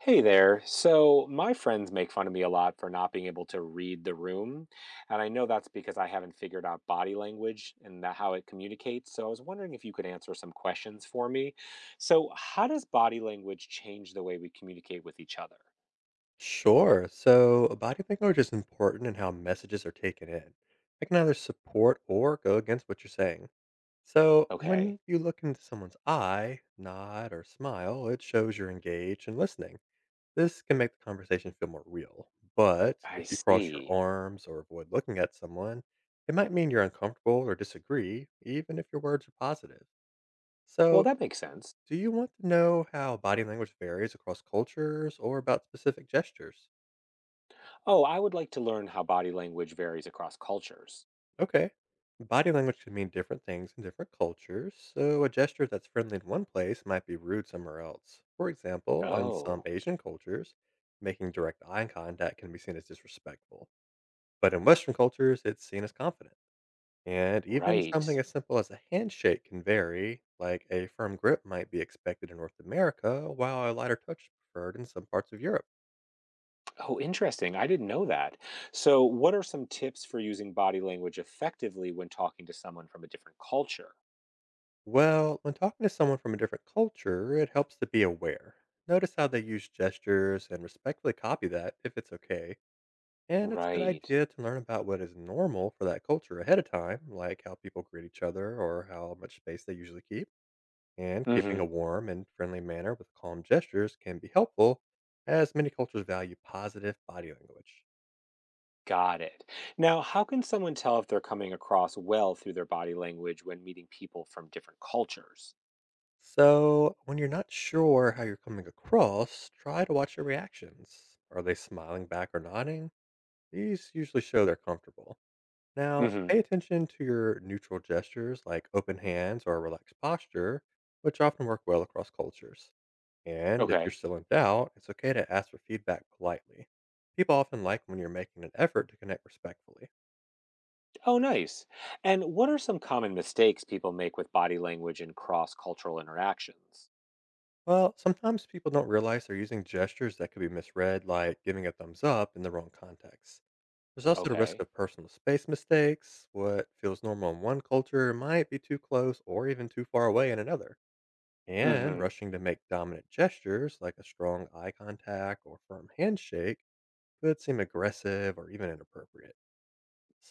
Hey there. So, my friends make fun of me a lot for not being able to read the room. And I know that's because I haven't figured out body language and that how it communicates. So, I was wondering if you could answer some questions for me. So, how does body language change the way we communicate with each other? Sure. So a body language is important in how messages are taken in. It can either support or go against what you're saying. So Okay, when you look into someone's eye, nod, or smile, it shows you're engaged and listening. This can make the conversation feel more real. But I if you cross your see. arms or avoid looking at someone, it might mean you're uncomfortable or disagree, even if your words are positive. Well, So, that makes sense. do you want to know how body language varies across cultures or about specific gestures? Oh, I would like to learn how body language varies across cultures. Okay. Body language can mean different things in different cultures, so a gesture that's friendly in one place might be rude somewhere else. For example, yeah, in some Oh, Asian cultures, making direct eye contact can be seen as disrespectful. But in Western cultures, it's seen as confident. And even right. something as simple as a handshake can vary, like a firm grip might be expected in North America, while a lighter touch is preferred in some parts of Europe. Oh, interesting. I didn't know that. So, what are some tips for using body language effectively when talking to someone from a different culture? Well, when talking to someone from a different culture, it helps to be aware. Notice how they use gestures and respectfully copy that if it's okay. And it's a good Right. idea to learn about what is normal for that culture ahead of time, like how people greet each other or how much space they usually keep. And keeping a Mhm. warm and friendly manner with calm gestures can be helpful, as many cultures value positive body language. Got it. Now, how can someone tell if they're coming across well through their body language when meeting people from different cultures? So, when you're not sure how you're coming across, try to watch your reactions. Are they smiling back or nodding? These usually show they're comfortable. Now, Mhm. pay attention to your neutral gestures like open hands or relaxed posture, which often work well across cultures. And if you're Okay. still in doubt, it's okay to ask for feedback politely. People often like when you're making an effort to connect respectfully. Oh, nice. And what are some common mistakes people make with body language in cross-cultural interactions? Well, sometimes people don't realize they're using gestures that could be misread, like giving a thumbs up in the wrong context. There's also the risk Okay. of personal space mistakes. What feels normal in one culture might be too close or even too far away in another. And Mhm. rushing to make dominant gestures like a strong eye contact or firm handshake could seem aggressive or even inappropriate.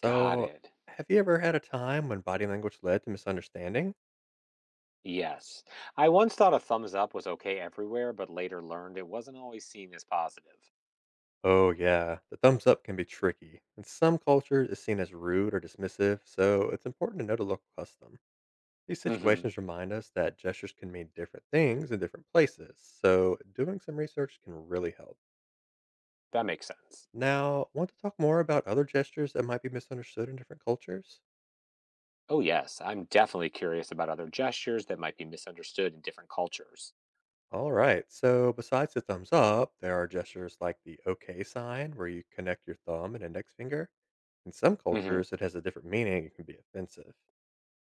Got it. have you ever had a time when body language led to misunderstanding? Yes. I once thought a thumbs up was okay everywhere, but later learned it wasn't always seen as positive. Oh, yeah, the thumbs up can be tricky. In some cultures, it's seen as rude or dismissive, so it's important to know the local custom. These Hmm. situations remind us that gestures can mean different things in different places, so doing some research can really help. That makes sense. Now, want to talk more about other gestures that might be misunderstood in different cultures? Oh, yes. I'm definitely curious about other gestures that might be misunderstood in different cultures. All right. So besides the thumbs up, there are gestures like the OK sign, where you connect your thumb and index finger. In some Hmm. cultures, it has a different meaning and can be offensive.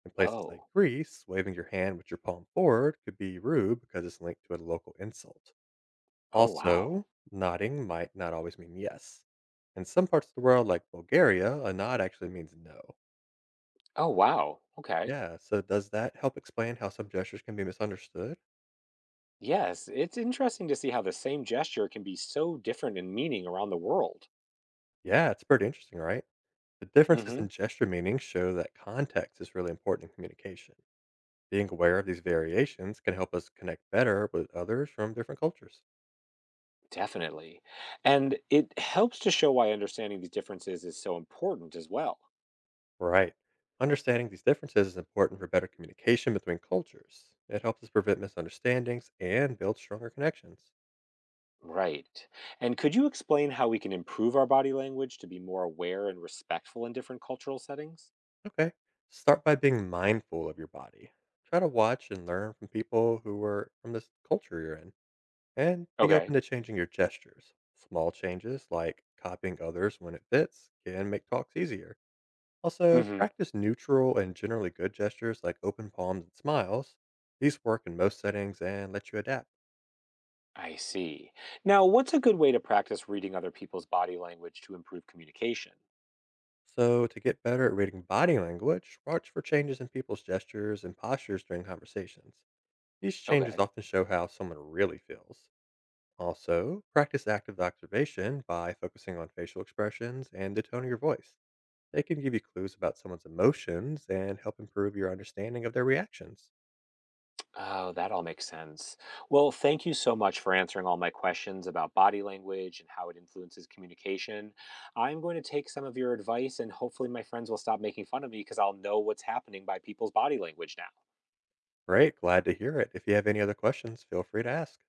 In places like Oh. Greece, waving your hand with your palm forward could be rude because it's linked to a local insult. Oh, wow. Also, nodding might not always mean yes. In some parts of the world, like Bulgaria, a nod actually means no. Oh, wow. Okay. Yeah, so does that help explain how some gestures can be misunderstood? Yes. It's interesting to see how the same gesture can be so different in meaning around the world. Yeah, it's pretty interesting, right? The differences in Hmm. gesture meanings show that context is really important in communication. Being aware of these variations can help us connect better with others from different cultures. Definitely. And it helps to show why understanding these differences is so important as well. Right. Understanding these differences is important for better communication between cultures. It helps us prevent misunderstandings and build stronger connections. Right. And could you explain how we can improve our body language to be more aware and respectful in different cultural settings? Okay. Start by being mindful of your body. Try to watch and learn from people who are from this culture you're in. And be open Okay. to changing your gestures. Small changes like copying others when it fits can make talks easier. Also, Mhm. practice neutral and generally good gestures like open palms and smiles. These work in most settings and let you adapt. I see. Now, what's a good way to practice reading other people's body language to improve communication? So, to get better at reading body language, watch for changes in people's gestures and postures during conversations. These changes Okay. often show how someone really feels. Also, practice active observation by focusing on facial expressions and the tone of your voice. They can give you clues about someone's emotions and help improve your understanding of their reactions. Oh, that all makes sense. Well, thank you so much for answering all my questions about body language and how it influences communication. I'm going to take some of your advice and hopefully my friends will stop making fun of me because I'll know what's happening by people's body language now. Great, glad to hear it. If you have any other questions, feel free to ask.